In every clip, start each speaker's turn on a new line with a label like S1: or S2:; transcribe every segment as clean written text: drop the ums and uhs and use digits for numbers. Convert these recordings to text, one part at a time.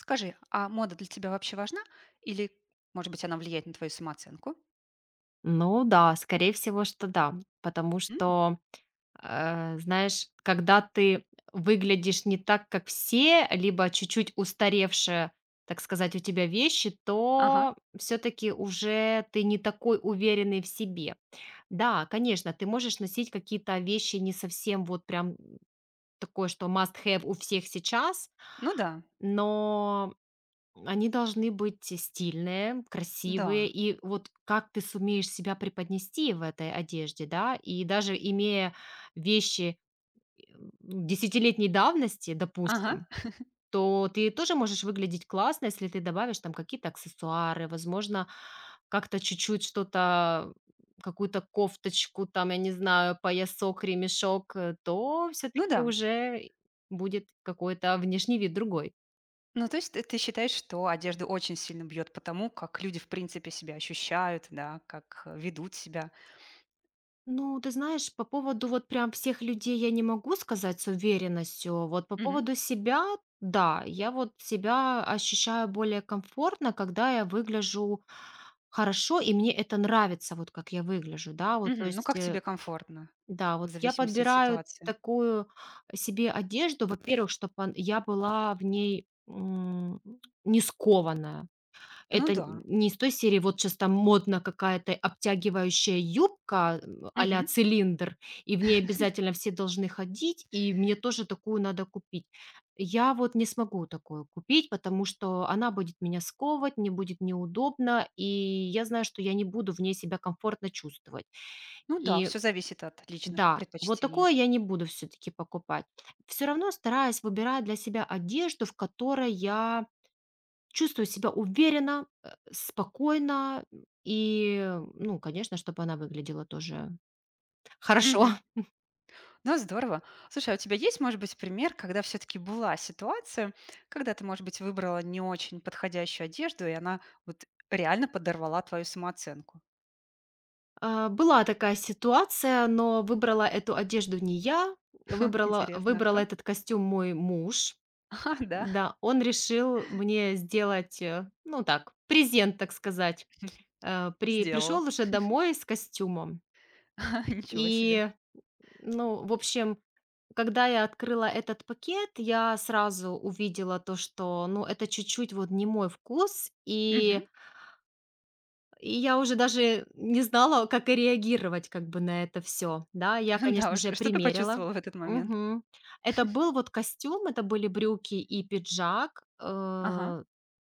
S1: Скажи, а мода для тебя вообще важна? Или, может быть, она влияет на твою самооценку?
S2: Ну да, скорее всего, что да. Потому
S1: М.
S2: что, знаешь, когда ты выглядишь не так, как все, либо чуть-чуть устаревшие, так сказать, у тебя вещи,
S1: Ага.
S2: то все-таки уже ты не такой уверенный в себе. Да, конечно, ты можешь носить какие-то вещи не совсем вот прям такое, что must have у всех сейчас,
S1: Ну да,
S2: но они должны быть стильные, красивые.
S1: да.
S2: И вот как ты сумеешь себя преподнести в этой одежде, да? И даже имея вещи э, десятилетней давности,
S1: Ага.
S2: допустим, то ты тоже можешь выглядеть классно, если ты добавишь там какие-то аксессуары, возможно, как-то чуть-чуть что-то, какую-то кофточку, там, я не знаю, поясок, ремешок, то
S1: Ну
S2: все-таки
S1: да.
S2: уже будет какой-то внешний вид другой.
S1: Ну, то есть ты считаешь, что одежда очень сильно бьет по тому, как люди, в принципе, себя ощущают, да, как ведут себя.
S2: Ну, ты знаешь, по поводу вот прям всех людей я не могу сказать с уверенностью. Вот по
S1: Мгм.
S2: поводу себя, да, я вот себя ощущаю более комфортно, когда я выгляжу хорошо, и мне это нравится, вот как я выгляжу, да, вот, то
S1: Мгм. Ну,
S2: есть,
S1: как тебе комфортно,
S2: да,
S1: в
S2: вот я
S1: зависимости от
S2: подбираю
S1: ситуации.
S2: такую себе одежду, во-первых, чтобы я была в ней не скованная,
S1: Ну
S2: это
S1: да.
S2: не из той серии, вот сейчас там модно какая-то обтягивающая юбка, а-ля
S1: Мгм.
S2: цилиндр, и в ней обязательно все должны ходить, и мне тоже такую надо купить. Я вот не смогу такую купить, потому что она будет меня сковывать, мне будет неудобно, и я знаю, что я не буду в ней себя комфортно чувствовать.
S1: Ну да,
S2: И
S1: все зависит от личных
S2: да, вот
S1: предпочтений.
S2: такое я не буду все таки покупать. Все равно стараюсь выбирать для себя одежду, в которой я чувствую себя уверенно, спокойно и, ну, конечно, чтобы она выглядела тоже хорошо.
S1: Ну здорово. Слушай, а у тебя есть, может быть, пример, когда все-таки была ситуация, когда ты, может быть, выбрала не очень подходящую одежду, и она вот реально подорвала твою самооценку?
S2: А, была такая ситуация, но выбрала эту одежду не я, выбрала
S1: Интересно, а
S2: выбрал
S1: кто?
S2: этот костюм мой муж.
S1: А, да,
S2: Да, он решил мне сделать, ну, так, презент, так сказать. Пришел
S1: сделал.
S2: уже домой с костюмом.
S1: Ничего себе.
S2: И Ну, в общем, когда я открыла этот пакет, я сразу увидела то, что, ну, это чуть-чуть вот не мой вкус,
S1: Мгм.
S2: и я уже даже не знала, как и реагировать как бы на это все, да. Я,
S1: Да
S2: конечно
S1: уж,
S2: же,
S1: что ты
S2: примерила.
S1: почувствовала в этот момент?
S2: Мгм. Это был вот костюм, это были брюки и пиджак.
S1: Ага.
S2: Э,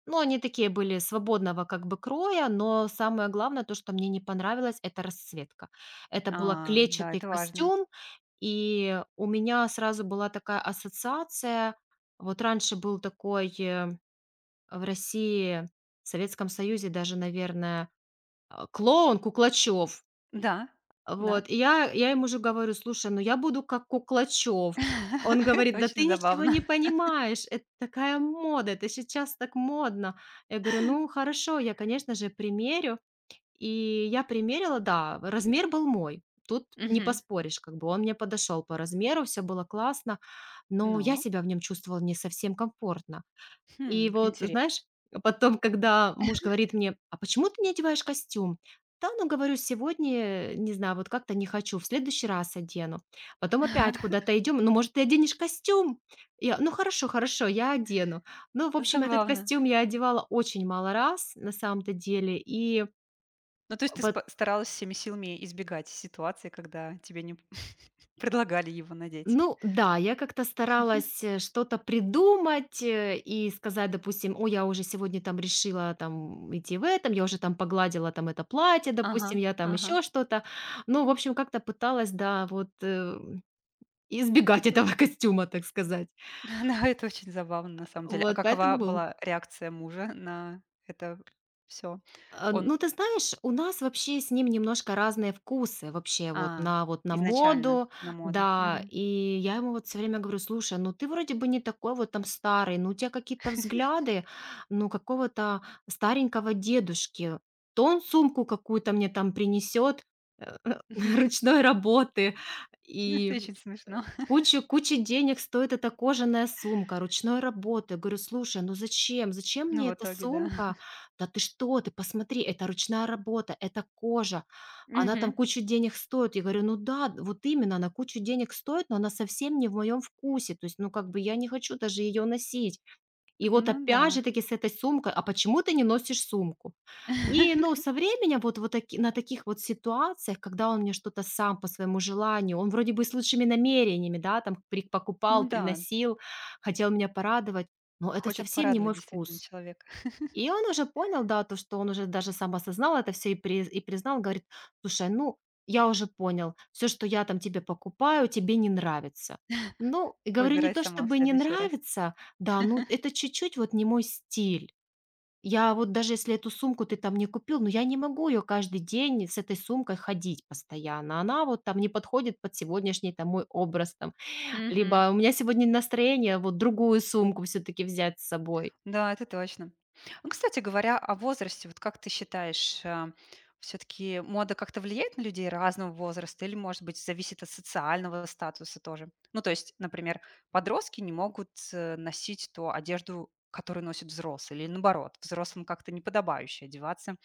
S2: ну, они такие были свободного как бы кроя, но самое главное, то, что мне не понравилось, это расцветка. Это был
S1: А, да,
S2: клетчатый
S1: это важно.
S2: костюм, и у меня сразу была такая ассоциация. Вот раньше был такой в России, в Советском Союзе даже, наверное, а, клоун Куклачев.
S1: Да, да.
S2: Вот, и я ему же говорю: "Слушай, ну я буду как Куклачев". Он
S1: Это
S2: говорит: "Да
S1: очень
S2: ты ничего
S1: забавно.
S2: не понимаешь, это такая мода, это сейчас так модно". Я говорю: "Ну хорошо, я, конечно же, примерю". И я примерила, да, размер был мой. Тут не
S1: Мгм.
S2: поспоришь, как бы он мне подошел по размеру, все было классно, но я
S1: Но,
S2: себя в нем чувствовала не совсем комфортно.
S1: хм,
S2: И вот,
S1: интересно.
S2: знаешь, потом, когда муж говорит мне: "А почему ты не одеваешь костюм?" "Да, ну, говорю, сегодня, не знаю, вот как-то не хочу, в следующий раз одену". Потом опять куда-то идем: "Ну, может, ты оденешь костюм?" Я: "Ну, хорошо, хорошо, я одену". Ну, в общем, этот
S1: Забавно.
S2: костюм я одевала очень мало раз, на самом-то деле. И
S1: Ну, то есть ты
S2: пот
S1: спа старалась всеми силами избегать ситуации, когда тебе не предлагали его надеть?
S2: Ну да, я как-то старалась, что-то придумать, и сказать, допустим: "О, я уже сегодня там решила там идти в этом, я уже там погладила там это платье,
S1: Ага,
S2: допустим, я там
S1: ага.
S2: еще что-то". Ну, в общем, как-то пыталась, да, вот, избегать
S1: Ой,
S2: этого костюма, так сказать.
S1: да, это очень забавно на самом деле. А
S2: Вот
S1: какова
S2: поэтому был.
S1: была реакция мужа на это все?
S2: А,
S1: Он
S2: ну, ты знаешь, у нас вообще с ним немножко разные вкусы вообще вот
S1: а,
S2: на вот на
S1: изначально
S2: моду,
S1: на моду.
S2: да.
S1: Мгм.
S2: И я ему вот все время говорю: "Слушай, ну ты вроде бы не такой вот там старый, ну у тебя какие-то взгляды, ну, какого-то старенького дедушки. То он сумку какую-то мне там принесет, ручной работы".
S1: Это
S2: И
S1: очень смешно,
S2: Кучу денег стоит эта кожаная сумка ручной работы. Говорю: "Слушай, ну зачем? Зачем
S1: но
S2: мне
S1: в
S2: эта
S1: итоге, да.
S2: сумка?" "Да ты что? Ты посмотри, это ручная работа, это кожа. Она там
S1: Мгм.
S2: кучу денег стоит". Я говорю: "Ну да, вот именно, она кучу денег стоит, но она совсем не в моем вкусе. То есть, ну, как бы я не хочу даже ее носить". И вот
S1: Ну да.
S2: опять же таки с этой сумкой: "А почему ты не носишь сумку?" И, ну, со временем вот вот таки на таких вот ситуациях, когда он мне что-то сам по своему желанию, он вроде бы с лучшими намерениями, да, там при
S1: Ну
S2: покупал,
S1: да,
S2: приносил, хотел меня порадовать, но это
S1: хочет
S2: совсем не
S1: порадовать
S2: мой
S1: действительно
S2: вкус.
S1: человека.
S2: И он уже понял, да, то, что он уже даже сам осознал это все и признал, говорит: "Слушай, ну, я уже понял, все, что я там тебе покупаю, тебе не нравится". Ну, и говорю, не
S1: Выбирай
S2: то
S1: сама в
S2: чтобы не
S1: следующий раз.
S2: нравится, да, ну, это чуть-чуть вот не мой стиль. Я вот даже если эту сумку ты там не купил, ну, я не могу ее каждый день с этой сумкой ходить постоянно. Она вот там не подходит под сегодняшний там мой образ там,
S1: Мгм.
S2: либо у меня сегодня настроение вот другую сумку все таки взять с собой.
S1: Да, это точно. Ну, кстати говоря, о возрасте, вот как ты считаешь, все-таки мода как-то влияет на людей разного возраста или, может быть, зависит от социального статуса тоже? Ну, то есть, например, подростки не могут носить ту одежду, которую носят взрослые, или наоборот, взрослым как-то неподобающе одеваться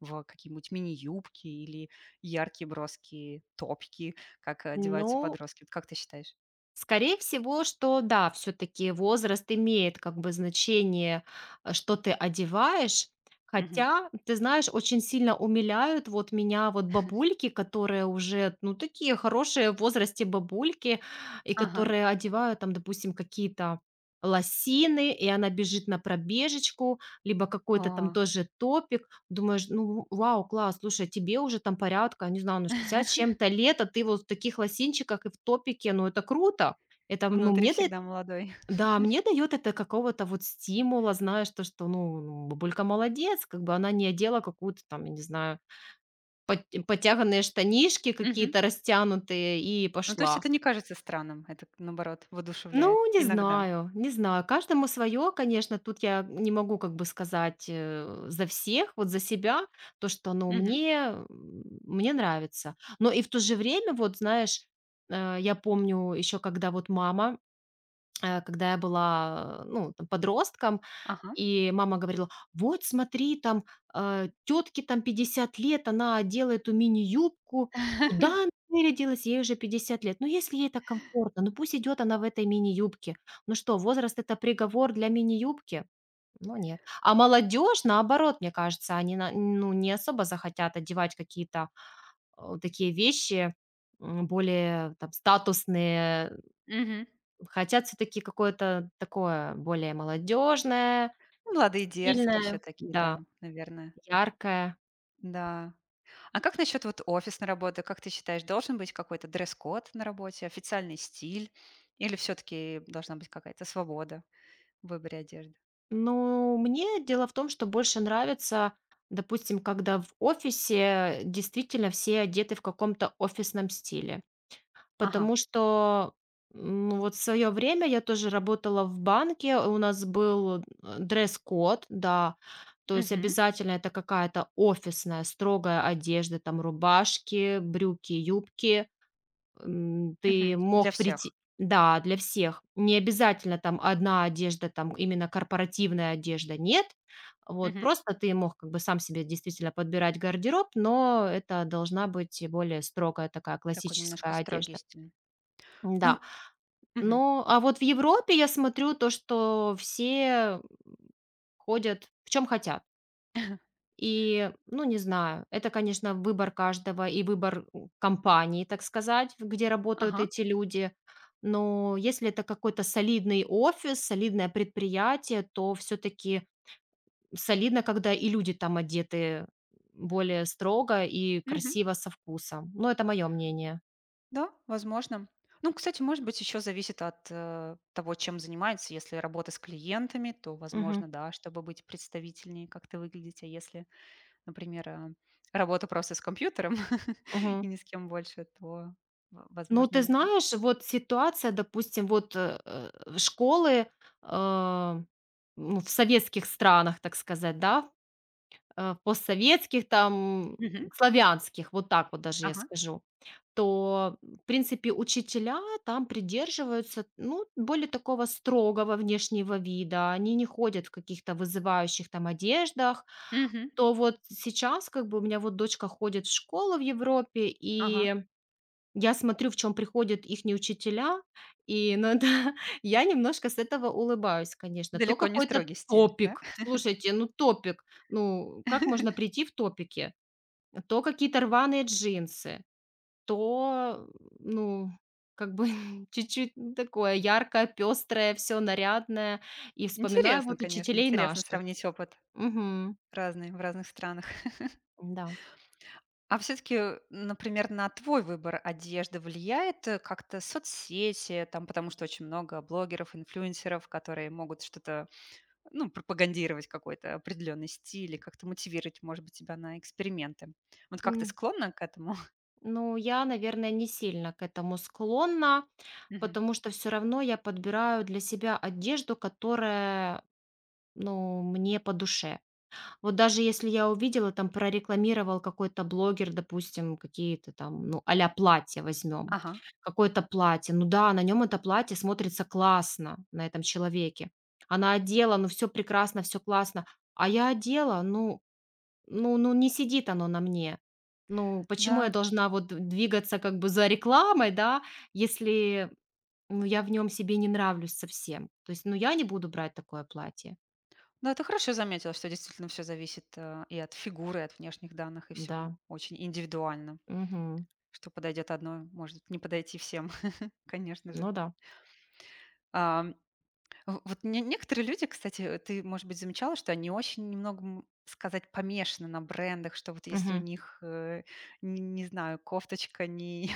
S1: в какие-нибудь мини-юбки или яркие броские топики, как одеваются
S2: Ну,
S1: подростки. Вот как ты считаешь?
S2: скорее всего, что да, все таки возраст имеет как бы значение, что ты одеваешь.
S1: Мгм.
S2: Хотя, ты знаешь, очень сильно умиляют вот меня вот бабульки, которые уже, ну, такие хорошие в возрасте бабульки, и
S1: Ага.
S2: которые одевают там, допустим, какие-то лосины, и она бежит на пробежечку, либо какой-то там
S1: О.
S2: тоже топик. Думаешь: "Ну, вау, класс, слушай, тебе уже там порядка, не знаю, ну, 60 с чем-то лет, а ты вот в таких лосинчиках и в топике. Ну, это круто". Это, ну,
S1: Внутри
S2: мне дает,
S1: всегда молодой.
S2: да, мне даёт это какого-то вот стимула, знаешь, то, что, ну, ну, бабулька молодец, как бы она не одела какую-то там, я не знаю, потяганные штанишки какие-то растянутые и
S1: Ну, то есть
S2: пошла.
S1: это не кажется странным, это, наоборот,
S2: Ну,
S1: воодушевляет
S2: не
S1: иногда.
S2: знаю, не знаю. Каждому свое, конечно. Тут я не могу как бы сказать за всех, вот за себя, то, что, ну,
S1: Мгм.
S2: мне, мне нравится. Но и в то же время, вот, знаешь, я помню еще, когда вот мама, когда я была, ну, там, подростком,
S1: Ага.
S2: и мама говорила: "Вот смотри, там, а, там 50 лет, она делает эту мини-юбку. Куда она вырядилась? Ей уже 50 лет. Ну, если ей так комфортно, ну пусть идет она в этой мини-юбке. Ну что, возраст — это приговор для мини-юбки?" Ну, нет. А молодежь, наоборот, мне кажется, они на, ну, не особо захотят одевать какие-то, такие вещи, более там статусные.
S1: Мгм.
S2: Хотят всё-таки какое-то такое более молодежное,
S1: Млады дерзкие еще
S2: стильное.
S1: такие,
S2: Да.
S1: да, наверное.
S2: Яркое.
S1: Да. А как насчет вот офисной работы? Как ты считаешь, должен быть какой-то дресс-код на работе, официальный стиль? Или все-таки должна быть какая-то свобода в выборе одежды?
S2: Ну, мне дело в том, что больше нравится, допустим, когда в офисе действительно все одеты в каком-то офисном стиле.
S1: Ага.
S2: Потому что, ну, вот в свое время я тоже работала в банке, у нас был дресс-код, да, то есть
S1: Мгм.
S2: обязательно это какая-то офисная, строгая одежда, там рубашки, брюки, юбки. Ты
S1: Мгм. Для
S2: мог прийти,
S1: всех.
S2: да, для всех. Не обязательно там одна одежда, там именно корпоративная одежда, нет. Вот,
S1: Мгм.
S2: просто ты мог как бы сам себе действительно подбирать гардероб, но это должна быть более строгая такая
S1: Такой немножко
S2: классическая
S1: строгий
S2: одежда.
S1: стиль. Ну,
S2: Да.
S1: мгм.
S2: Ну, а вот в Европе я смотрю то, что все ходят в чем хотят. И, ну, не знаю, это, конечно, выбор каждого и выбор у компании, так сказать, в где работают
S1: Ага.
S2: эти люди. Но если это какой-то солидный офис, солидное предприятие, то все-таки солидно, когда и люди там одеты более строго и
S1: Мгм.
S2: красиво со вкусом. Ну, это мое мнение.
S1: Да, возможно. Ну, кстати, может быть, еще зависит от того, чем занимается. Если работа с клиентами, то,
S2: Мгм.
S1: возможно, да, чтобы быть представительнее, как ты выглядите. А если, например, работа просто с компьютером и
S2: Мгм.
S1: ни с кем больше, то,
S2: Ну,
S1: возможно,
S2: ты
S1: н-
S2: знаешь, вот ситуация, допустим, вот школы, э, ну, в советских странах, так сказать, да, постсоветских, там,
S1: Мгм.
S2: славянских, вот так вот даже я
S1: Ага.
S2: скажу, то, в принципе, учителя там придерживаются, ну, более такого строгого внешнего вида, они не ходят в каких-то вызывающих там одеждах,
S1: Мгм.
S2: то вот сейчас как бы у меня вот дочка ходит в школу в Европе,
S1: Ага,
S2: и я смотрю, в чем приходят их учителя, и ну да, я немножко с этого улыбаюсь, конечно. То
S1: далеко не
S2: какой-то
S1: строгий стиль, да?
S2: топик. Слушайте, ну топик. Ну, как можно прийти в топике? То какие-то рваные джинсы, то, ну, как бы чуть-чуть, ну, такое яркое, пестрое, все нарядное. И вспоминаю
S1: Интересно,
S2: вот
S1: конечно,
S2: учителей
S1: интересно
S2: наших.
S1: сравнить опыт
S2: Мгм.
S1: разный в разных странах.
S2: Да.
S1: А все-таки, например, на твой выбор одежды влияет как-то соцсети, там, потому что очень много блогеров, инфлюенсеров, которые могут что-то, ну, пропагандировать какой-то определенный стиль и как-то мотивировать, может быть, тебя на эксперименты. Вот как ты
S2: М,
S1: склонна к этому?
S2: ну, я, наверное, не сильно к этому склонна.
S1: Мгм.
S2: Потому что все равно я подбираю для себя одежду, которая, ну, мне по душе. Вот даже если я увидела, там прорекламировал какой-то блогер, допустим, какие-то там, ну, а-ля платья возьмем,
S1: Ага,
S2: какое-то платье. Ну да, на нем это платье смотрится классно, на этом человеке. Она одела, ну, все прекрасно, все классно. А я одела, ну, не сидит оно на мне. Ну, почему я
S1: да.
S2: должна вот двигаться как бы за рекламой, да, если, ну, я в нем себе не нравлюсь совсем. То есть, ну, я не буду брать такое платье.
S1: Да, ты хорошо заметила, что действительно все зависит и от фигуры, и от внешних данных, и все
S2: Да.
S1: очень индивидуально.
S2: Мгм.
S1: Что подойдет одной, может не подойти всем, конечно же.
S2: Ну да.
S1: А, В вот не некоторые люди, кстати, ты, может быть, замечала, что они очень немного, м, сказать, помешаны на брендах, что вот если у
S2: Угу.
S1: них, н не знаю, кофточка не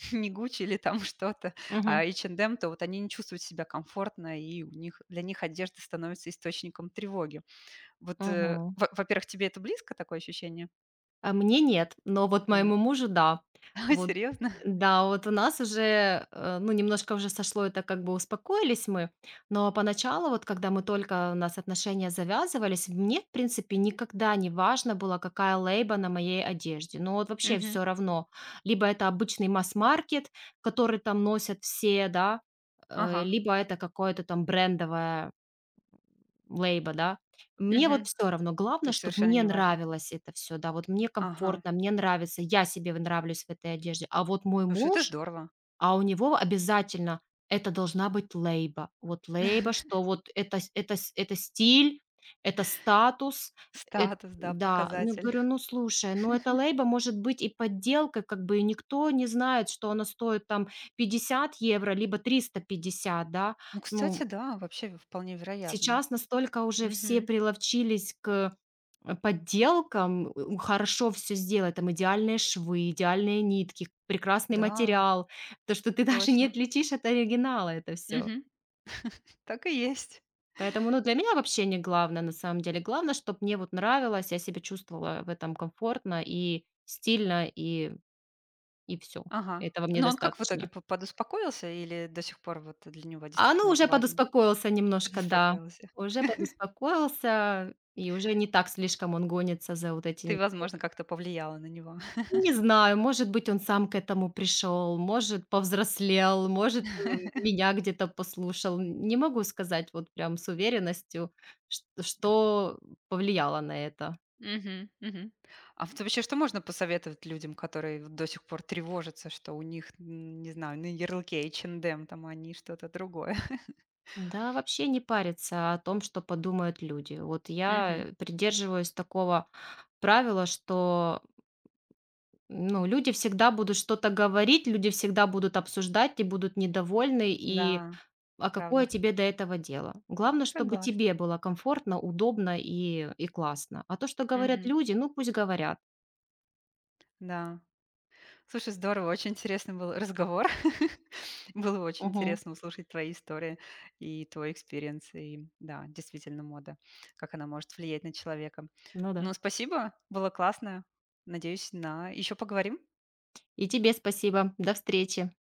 S1: не "Гуччи" или там что-то, а
S2: Угу.
S1: H&M, то вот они не чувствуют себя комфортно, и у них для них одежда становится источником тревоги. Вот,
S2: Угу.
S1: во во-первых, тебе это близко, такое ощущение?
S2: А мне нет, но вот
S1: Нет?
S2: моему мужу да. Вот,
S1: Серьезно?
S2: да, вот у нас уже, ну, немножко уже сошло это, как бы успокоились мы, но поначалу, вот когда мы только у нас отношения завязывались, мне, в принципе, никогда не важно было, какая лейба на моей одежде. Ну, вот вообще
S1: Мгм.
S2: все равно. Либо это обычный масс-маркет, который там носят все, да,
S1: Ага.
S2: либо это какое-то там брендовое лейба, да? Мне вот
S1: Мгм.
S2: все равно.
S1: То
S2: Главное,
S1: есть
S2: чтобы
S1: совершенно
S2: мне
S1: неважно.
S2: нравилось это все, да. Вот мне
S1: Ага.
S2: комфортно, мне нравится, я себе в нравлюсь в этой одежде. А вот мой
S1: Слушай, это
S2: муж,
S1: здорово.
S2: а у него обязательно это должна быть лейба. Вот лейба, что вот это стиль, это статус, эт
S1: Статус, да,
S2: да. Ну,
S1: показатель.
S2: говорю: "Ну, слушай, ну, эта лейба может быть и подделкой, как бы, и никто не знает, что она стоит там 50 евро либо 350, да.
S1: Ну, кстати,
S2: Ну,
S1: да, вообще вполне вероятно.
S2: сейчас настолько уже все
S1: Мгм.
S2: приловчились к, подделкам, у хорошо все сделать, там идеальные швы, идеальные нитки, прекрасный
S1: Да,
S2: материал, то, что ты даже не
S1: точно.
S2: отличишь от оригинала это все.
S1: Мгм. Так и есть.
S2: Поэтому, ну, для меня вообще не главное, на самом деле. Главное, чтобы мне вот нравилось, я себя чувствовала в этом комфортно и стильно, и все
S1: Ага.
S2: этого мне
S1: Но он как в итоге
S2: достаточно.
S1: подуспокоился или до сих пор вот для него
S2: А, ну,
S1: действительно это
S2: уже
S1: важно?
S2: подуспокоился немножко, да.
S1: Подуспокоился.
S2: Уже подуспокоился, и уже не так слишком он гонится за вот
S1: Ты,
S2: этими все.
S1: возможно, как-то повлияла на него.
S2: Не знаю, может быть, он сам к этому пришел, может, повзрослел, может, меня где-то послушал. Не могу сказать вот прям с уверенностью,
S1: К-
S2: что повлияло на это.
S1: Мгм, мгм. А вот вообще что можно посоветовать людям, которые вот до сих пор тревожатся, что у них, м, не знаю, на ярлыке H&M, там они что-то другое?
S2: Да, вообще не париться о том, что подумают люди. Вот
S1: Мгм.
S2: я придерживаюсь такого правила, что, ну, люди всегда будут что-то говорить, люди всегда будут обсуждать и будут недовольны, и
S1: Да,
S2: а какое
S1: правда.
S2: тебе до этого дело? Главное, чтобы
S1: Согласна.
S2: тебе было комфортно, удобно и классно. А то, что говорят
S1: Мгм.
S2: люди, ну пусть говорят.
S1: Да. Слушай, здорово, очень интересный был разговор. Было очень
S2: Мгм.
S1: интересно услышать твои истории и твой экспириенс. И да, действительно, мода, как она может влиять на человека.
S2: Ну да.
S1: Ну, спасибо, было классно. Надеюсь, на еще поговорим.
S2: И тебе спасибо. До встречи.